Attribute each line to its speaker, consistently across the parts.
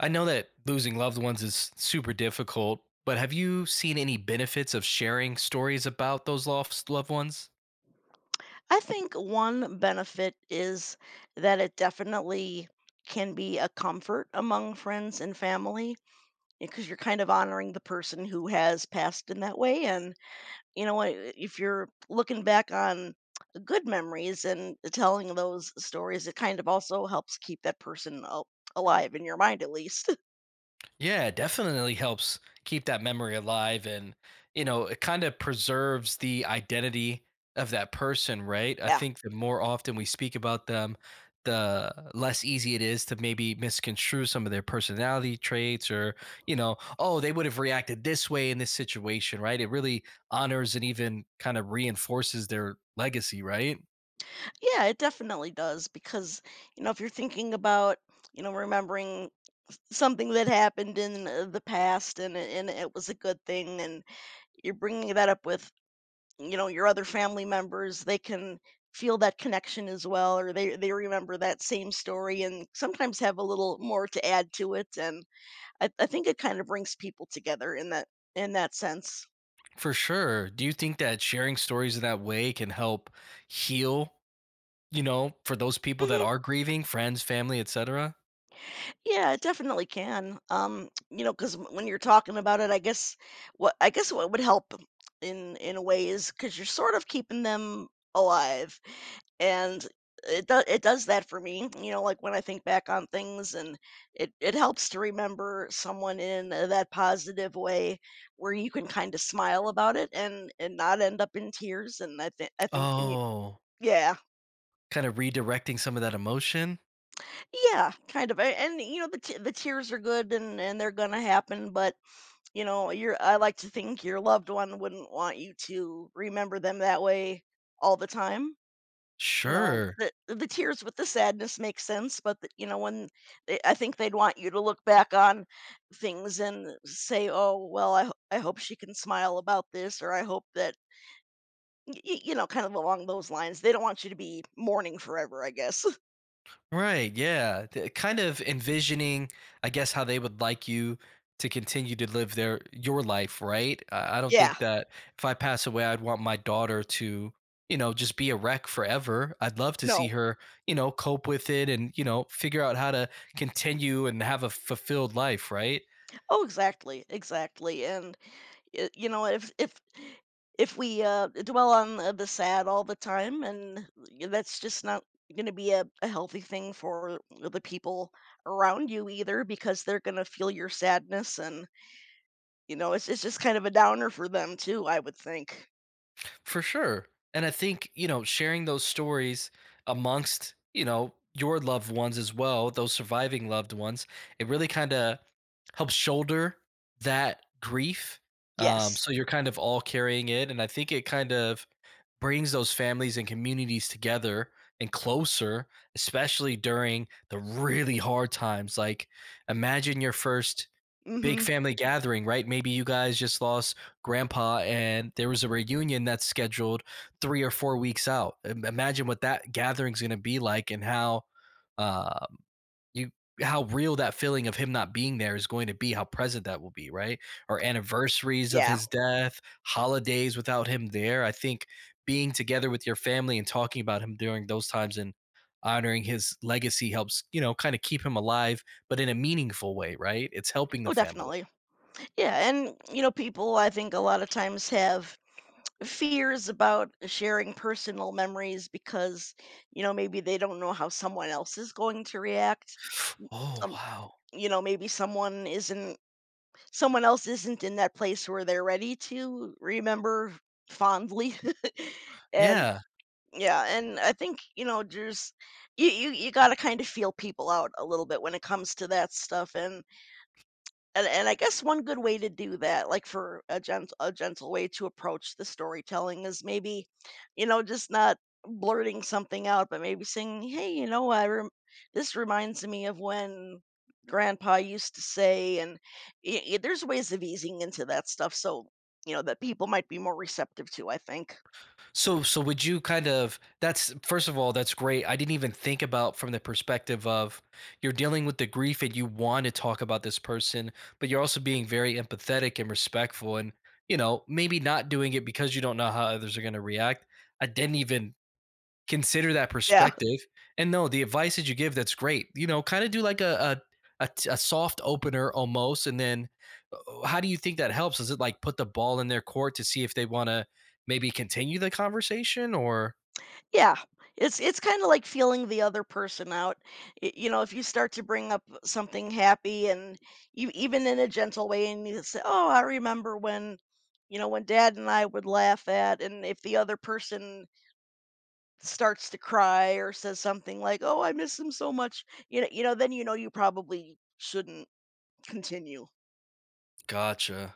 Speaker 1: I know that losing loved ones is super difficult, but have you seen any benefits of sharing stories about those lost loved ones?
Speaker 2: I think one benefit is that it definitely can be a comfort among friends and family because you're kind of honoring the person who has passed in that way. And, you know, I- If you're looking back on good memories and telling those stories, it kind of also helps keep that person alive in your mind, at least.
Speaker 1: Yeah, it definitely helps keep that memory alive and, you know, it kind of preserves the identity of that person, right? I
Speaker 2: Yeah.
Speaker 1: think the more often we speak about them, the less easy it is to maybe misconstrue some of their personality traits or, oh, they would have reacted this way in this situation, right? It really honors and even kind of reinforces their legacy, right?
Speaker 2: Yeah, it definitely does because if you're thinking about, you know, remembering something that happened in the past, and it was a good thing, and you're bringing that up with, you know, your other family members. They can feel that connection as well, or they remember that same story and sometimes have a little more to add to it. And I think it kind of brings people together in that sense.
Speaker 1: For sure. Do you think that sharing stories in that way can help heal? You know, for those people that
Speaker 2: Mhm.
Speaker 1: are grieving, friends, family, etcetera.
Speaker 2: Yeah, it definitely can. You know, because when you're talking about it, I guess what would help in a way is because 'cause you're sort of keeping them alive. And it does that for me, you know, like when I think back on things, and it helps to remember someone in that positive way where you can kind of smile about it and not end up in tears. And I think when you,
Speaker 1: Oh,
Speaker 2: yeah,
Speaker 1: kinda redirecting some of that emotion?
Speaker 2: yeah, kind of. And you know, the tears are good, and they're gonna happen, but, you know, your, I like to think your loved one wouldn't want you to remember them that way all the time. You know,
Speaker 1: Sure.
Speaker 2: the tears with the sadness makes sense, but the, you know when they, I think they'd want you to look back on things and say, "Oh, well, I hope she can smile about this," or "I hope that." You know, kind of along those lines. They don't want you to be mourning forever, I guess.
Speaker 1: Right, yeah. T Kind of envisioning, I guess, how they would like you to continue to live their your life, right? I don't
Speaker 2: Yeah,
Speaker 1: think that if I pass away, I'd want my daughter to, you know, just be a wreck forever. I'd love to see
Speaker 2: no.
Speaker 1: her, you know, cope with it and, you know, figure out how to continue and have a fulfilled life, right?
Speaker 2: Oh, exactly, exactly. And Y you know, If if we, dwell on the sad all the time, and y that's just not gonna be a healthy thing for the people around you either, because they're gonna feel your sadness, and, you know, it's just kind of a downer for them too, I would think.
Speaker 1: For sure. And I think, you know, sharing those stories amongst, you know, your loved ones as well, those surviving loved ones, it really kind of helps shoulder that grief. Um,
Speaker 2: Yes.
Speaker 1: so you're kind of all carrying it. And I think it kind of brings those families and communities together and closer, especially during the really hard times. Like, imagine your first big
Speaker 2: Mhm.
Speaker 1: family gathering, right? Maybe you guys just lost grandpa and there was a reunion that's scheduled 3 or 4 weeks out. Imagine what that gathering's going to be like and how um, you how real that feeling of him not being there is going to be, how present that will be, right? Or anniversaries of
Speaker 2: Yeah.
Speaker 1: his death, holidays without him there. I think being together with your family and talking about him during those times and honoring his legacy helps, you know, kind of keep him alive, but in a meaningful way, right? It's helping the
Speaker 2: Oh,
Speaker 1: family.
Speaker 2: definitely. Yeah, and, you know, people, I think a lot of times have fears about sharing personal memories because, you know, maybe they don't know how someone else is going to react.
Speaker 1: Oh,
Speaker 2: um
Speaker 1: wow.
Speaker 2: you know, maybe someone else isn't in that place where they're ready to remember fondly. And
Speaker 1: Yeah.
Speaker 2: yeah, and I think, you know, there's, you got to kind of feel people out a little bit when it comes to that stuff. And and I guess one good way to do that, like for a gent a gentle way to approach the storytelling, is maybe, you know, just not blurting something out, but maybe saying, "Hey, you know, I rem this reminds me of when grandpa used to say," and y y there's ways of easing into that stuff, so, you know, that people might be more receptive to, I think.
Speaker 1: So would you kind of that's first of all, that's great. I didn't even think about from the perspective of you're dealing with the grief and you want to talk about this person, but you're also being very empathetic and respectful and, you know, maybe not doing it because you don't know how others are going to react. I didn't even consider that
Speaker 2: Yeah.
Speaker 1: perspective, and no, the advice that you give, that's great. You know, kinda do like a soft opener almost, and then, how do you think that helps? Does it, like, put the ball in their court to see if they wanna maybe continue the conversation or?
Speaker 2: Yeah. It's kinda like feeling the other person out. Y You know, if you start to bring up something happy, and you even in a gentle way, and you say, "Oh, I remember when, you know, when dad and I would laugh at," and if the other person starts to cry or says something like, "Oh, I miss him so much," you know, then you know you probably shouldn't continue.
Speaker 1: Gotcha.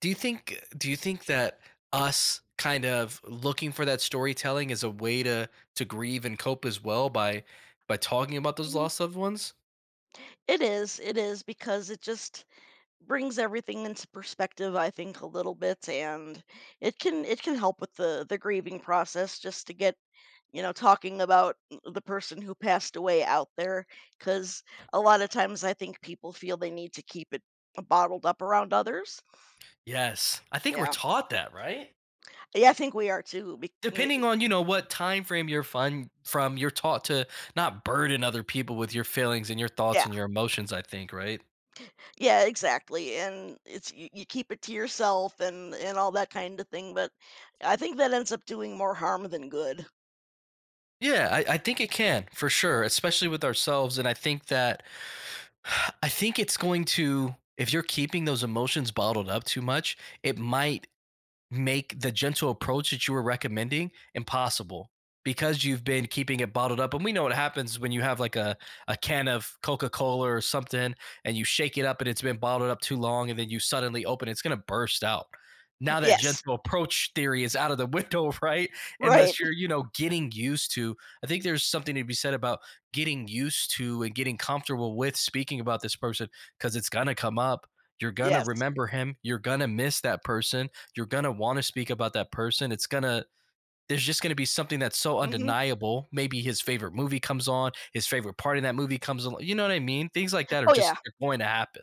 Speaker 1: Do you think that us kind of looking for that storytelling is a way to grieve and cope as well by talking about those
Speaker 2: Mhm.
Speaker 1: lost loved ones?
Speaker 2: It is, because it just brings everything into perspective, I think, a little bit. And it can help with the grieving process, just to get, you know, talking about the person who passed away out there. Because a lot of times, I think people feel they need to keep it bottled up around others.
Speaker 1: Yes. I think we're
Speaker 2: Yeah.
Speaker 1: taught that, right?
Speaker 2: Yeah, I think we are too.
Speaker 1: Depending on, you know, what time frame you're fun from, you're taught to not burden other people with your feelings and your thoughts
Speaker 2: Yeah,
Speaker 1: and your emotions, I think, right?
Speaker 2: yeah, exactly. And it's, you keep it to yourself, and all that kind of thing, but I think that ends up doing more harm than good.
Speaker 1: Yeah, I think it can for sure, especially with ourselves, and I think that I think it's going to, if you're keeping those emotions bottled up too much, it might make the gentle approach that you were recommending impossible because you've been keeping it bottled up. And we know what happens when you have like a can of Coca Cola or something and you shake it up and it's been bottled up too long and then you suddenly open it, it's going to burst out. Now that
Speaker 2: Yes.
Speaker 1: gentle approach theory is out of the window, right?
Speaker 2: Right.
Speaker 1: Unless you're, you know, getting used to, I think there's something to be said about getting used to and getting comfortable with speaking about this person because it's going to come up. You're going to
Speaker 2: Yes.
Speaker 1: remember him. You're going to miss that person, you're gonna want to speak about that person. It's gonna, there's just gonna be something that's so
Speaker 2: Hmm.
Speaker 1: undeniable. Maybe his favorite movie comes on, his favorite part in that movie comes along. You know what I mean? Things like that are
Speaker 2: Oh yeah.
Speaker 1: just, they're going to happen.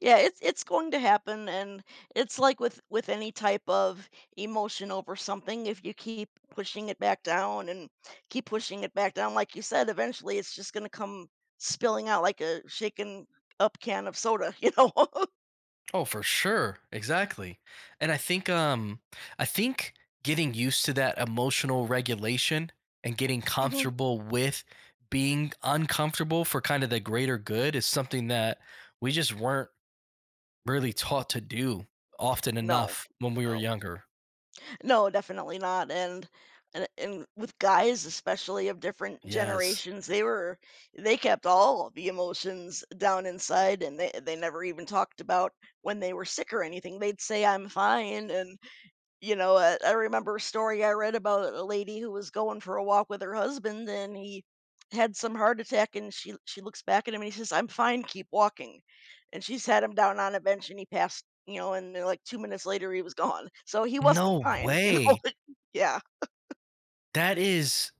Speaker 2: Yeah, it's going to happen, and it's like with any type of emotion over something, if you keep pushing it back down and keep pushing it back down, like you said, eventually it's just gonna come spilling out like a shaken up can of soda, you know?
Speaker 1: Oh, for sure. Exactly. And I think getting used to that emotional regulation and getting
Speaker 2: Mhm.
Speaker 1: comfortable with being uncomfortable for kind of the greater good is something that we just weren't really taught to do often
Speaker 2: No,
Speaker 1: enough when we were
Speaker 2: no.
Speaker 1: younger.
Speaker 2: No, definitely not. And and with guys especially of different
Speaker 1: Yes.
Speaker 2: generations, they were, they kept all of the emotions down inside, and they never even talked about when they were sick or anything. They'd say I'm fine. And, you know, I remember a story I read about a lady who was going for a walk with her husband, and he had some heart attack, and she looks back at him, and he says, "I'm fine, keep walking," and she sat him down on a bench, and he passed. You know, and then, like 2 minutes later, he was gone. So he wasn't
Speaker 1: No
Speaker 2: fine. You know,
Speaker 1: way.
Speaker 2: yeah,
Speaker 1: That is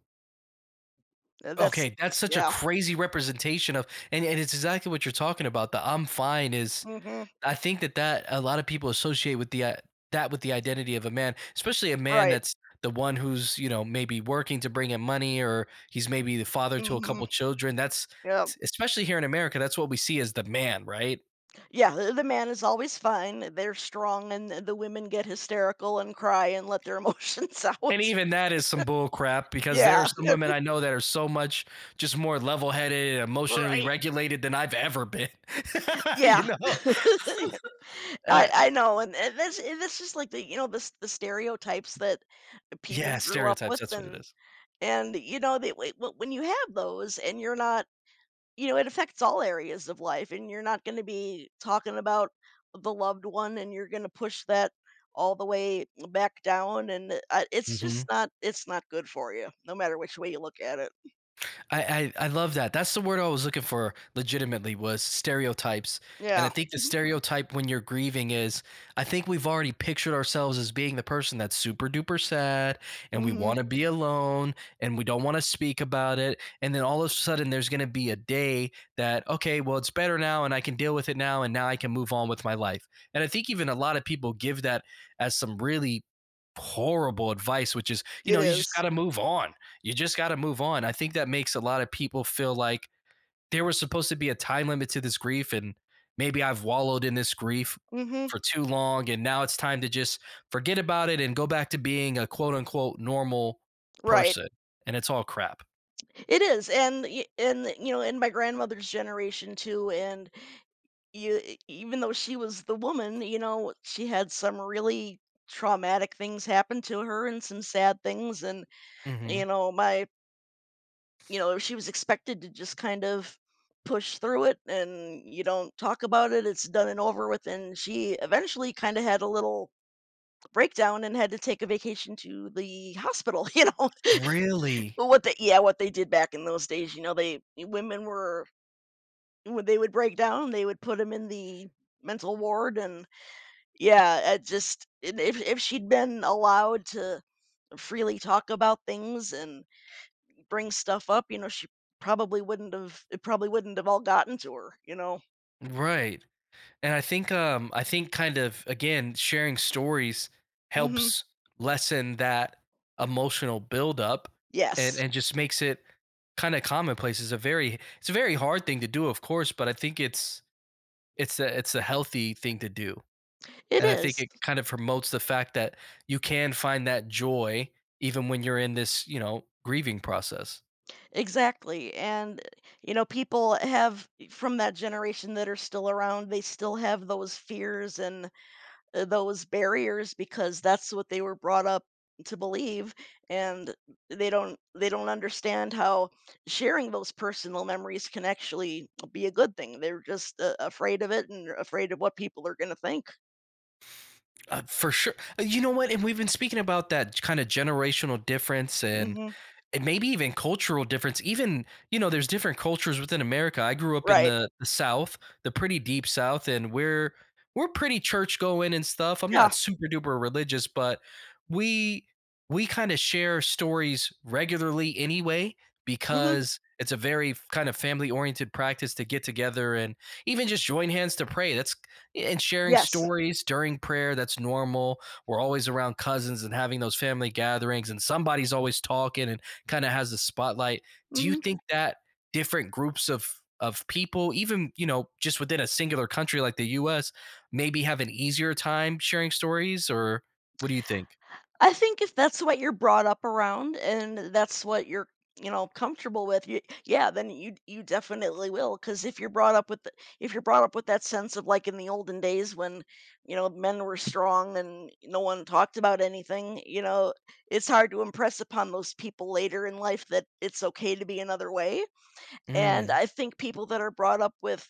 Speaker 2: that's,
Speaker 1: okay, that's such a
Speaker 2: yeah,
Speaker 1: crazy representation of, and it's exactly what you're talking about. The "I'm fine" is,
Speaker 2: hmm,
Speaker 1: I think that that a lot of people associate with the, that with the identity of a man, especially a man
Speaker 2: right.
Speaker 1: that's the one who's, you know, maybe working to bring in money or he's maybe the father to a
Speaker 2: Hmm.
Speaker 1: couple children. That's,
Speaker 2: Yeah,
Speaker 1: especially here in America, that's what we see as the man, right?
Speaker 2: yeah. The man is always fine. They're strong, and the women get hysterical and cry and let their emotions
Speaker 1: And
Speaker 2: out.
Speaker 1: even that is some bull crap because there are
Speaker 2: Yeah,
Speaker 1: some women I know that are so much just more level headed and emotionally
Speaker 2: right.
Speaker 1: regulated than I've ever been. You
Speaker 2: Yeah,
Speaker 1: know? And I,
Speaker 2: I know, and, and this is like the, you know, this the stereotypes that people
Speaker 1: yeah,
Speaker 2: grew up
Speaker 1: stereotypes.
Speaker 2: with.
Speaker 1: That's what it
Speaker 2: and
Speaker 1: is.
Speaker 2: and you know, they when you have those, and you're not, you know, it affects all areas of life, and you're not going to be talking about the loved one, and you're going to push that all the way back down, and it's just
Speaker 1: Mhm.
Speaker 2: not, it's not good for you, no matter which way you look at it.
Speaker 1: I love that. That's the word I was looking for. Legitimately, was stereotypes, and I
Speaker 2: Yeah,
Speaker 1: think the
Speaker 2: mm-hmm.
Speaker 1: stereotype when you're grieving is, I think we've already pictured ourselves as being the person that's super duper sad, and we
Speaker 2: Mm-hmm.
Speaker 1: want to be alone, and we don't want to speak about it, and then all of a sudden there's going to be a day that okay, well it's better now, and I can deal with it now, and now I can move on with my life. And I think even a lot of people give that as some really horrible advice, which is, you
Speaker 2: It.
Speaker 1: know, you just got to move on, you just got to move on. I think that makes a lot of people feel like there was supposed to be a time limit to this grief, and maybe I've wallowed in this grief
Speaker 2: Mm-hmm.
Speaker 1: for too long, and now it's time to just forget about it and go back to being a quote unquote normal
Speaker 2: Right.
Speaker 1: person. And it's all crap.
Speaker 2: It is, and y and, you know, in my grandmother's generation too, and you e even though she was the woman, you know, she had some really traumatic things happen to her and some sad things, and,
Speaker 1: Hmm.
Speaker 2: you know, my, you know, she was expected to just kind of push through it, and you don't talk about it, it's done and over with, and she eventually kinda had a little breakdown and had to take a vacation to the hospital, you know?
Speaker 1: Really?
Speaker 2: But what they, yeah, what they did back in those days, you know, they women were, when they would break down, they would put him in the mental ward. And yeah, it just, and if she'd been allowed to freely talk about things and bring stuff up, you know, she probably wouldn't have it probably wouldn't have all gotten to her, you know?
Speaker 1: Right. And I think kind of again sharing stories
Speaker 2: Mhm.
Speaker 1: helps lessen that emotional buildup
Speaker 2: Yes.
Speaker 1: and just makes it kind of commonplace. It's a very, it's a very hard thing to do, of course, but I think it's a, it's a healthy thing to do.
Speaker 2: It
Speaker 1: And I think
Speaker 2: is.
Speaker 1: it kind of promotes the fact that you can find that joy even when you're in this, you know, grieving process.
Speaker 2: Exactly, and, you know, people have from that generation that are still around, they still have those fears and those barriers because that's what they were brought up to believe. And they don't understand how sharing those personal memories can actually be a good thing. They're just afraid of it and afraid of what people are going to think.
Speaker 1: For sure. You know what? And we've been speaking about that kind of generational difference
Speaker 2: Hmm.
Speaker 1: and maybe even cultural difference. Even, you know, there's different cultures within America. I grew up in
Speaker 2: Right.
Speaker 1: the South, the pretty deep South, and we're pretty church going and stuff. I'm
Speaker 2: Yeah.
Speaker 1: not super duper religious, but we we kind of share stories regularly anyway
Speaker 2: Hmm.
Speaker 1: because it's a very kind of family oriented practice to get together and even just join hands to pray, that's, and sharing
Speaker 2: Yes.
Speaker 1: stories during prayer, that's normal. We're always around cousins and having those family gatherings and somebody's always talking and kind of has the spotlight. Do you
Speaker 2: Hmm.
Speaker 1: think that different groups of people, even, you know, just within a singular country like the U.S., maybe have an easier time sharing stories, or what do you think?
Speaker 2: I think if that's what you're brought up around, and that's what you're, you know, comfortable with, you, yeah, then you definitely will. Because if you're brought up with if you're brought up with that sense of, like in the olden days when, you know, men were strong and no one talked about anything, you know, it's hard to impress upon those people later in life that it's okay to be another way. And
Speaker 1: Mm.
Speaker 2: I think people that are brought up with,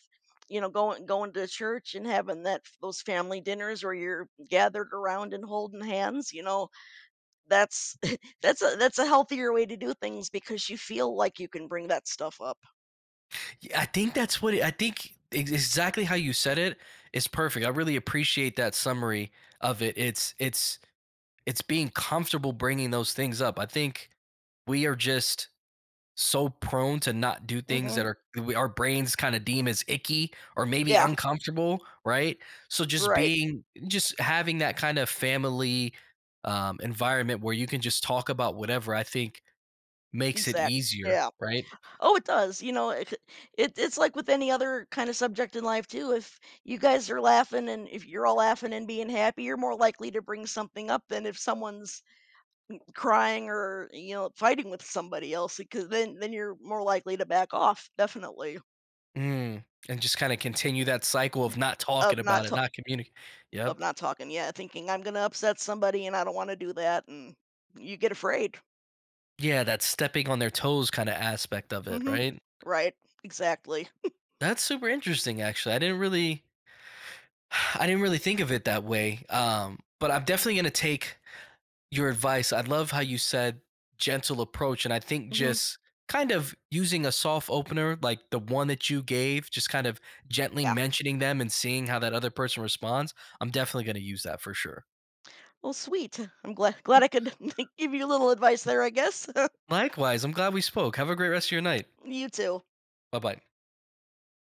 Speaker 2: you know, going to church and having that those family dinners where you're gathered around and holding hands, you know, that's that's a healthier way to do things, because you feel like you can bring that stuff up.
Speaker 1: Yeah, I think that's what it, I think exactly how you said it is perfect. I really appreciate that summary of it. It's being comfortable bringing those things up. I think we are just so prone to not do things
Speaker 2: Mhm.
Speaker 1: that are we, our brains kind of deem as icky or maybe
Speaker 2: Yeah,
Speaker 1: uncomfortable, right? So just
Speaker 2: right.
Speaker 1: being, just having that kind of family environment where you can just talk about whatever, I think makes it
Speaker 2: Exact
Speaker 1: easier,
Speaker 2: Yeah.
Speaker 1: right?
Speaker 2: Oh, it does, you know, it's like with any other kind of subject in life too. If you guys are laughing, and if you're all laughing and being happy, you're more likely to bring something up than if someone's crying or, you know, fighting with somebody else, because then you're more likely to back off, definitely,
Speaker 1: Mm. And just kind of continue that cycle of not
Speaker 2: of
Speaker 1: talking
Speaker 2: not
Speaker 1: about it, not communicating.
Speaker 2: of
Speaker 1: Yep.
Speaker 2: not talking. Yeah, thinking I'm gonna upset somebody, and I don't want to do that, and you get afraid.
Speaker 1: Yeah, that stepping on their toes kind of aspect of it,
Speaker 2: Hmm.
Speaker 1: right?
Speaker 2: Right. Exactly.
Speaker 1: That's super interesting, actually. I didn't really think of it that way. But I'm definitely going to take your advice. I love how you said gentle approach. And I think
Speaker 2: Hmm.
Speaker 1: just kind of using a soft opener, like the one that you gave, just kind of gently
Speaker 2: Yeah.
Speaker 1: mentioning them and seeing how that other person responds. I'm definitely going to use that for sure.
Speaker 2: Well, sweet. I'm glad I could give you a little advice there, I guess.
Speaker 1: Likewise, I'm glad we spoke. Have a great rest of your night.
Speaker 2: You too.
Speaker 1: Bye bye.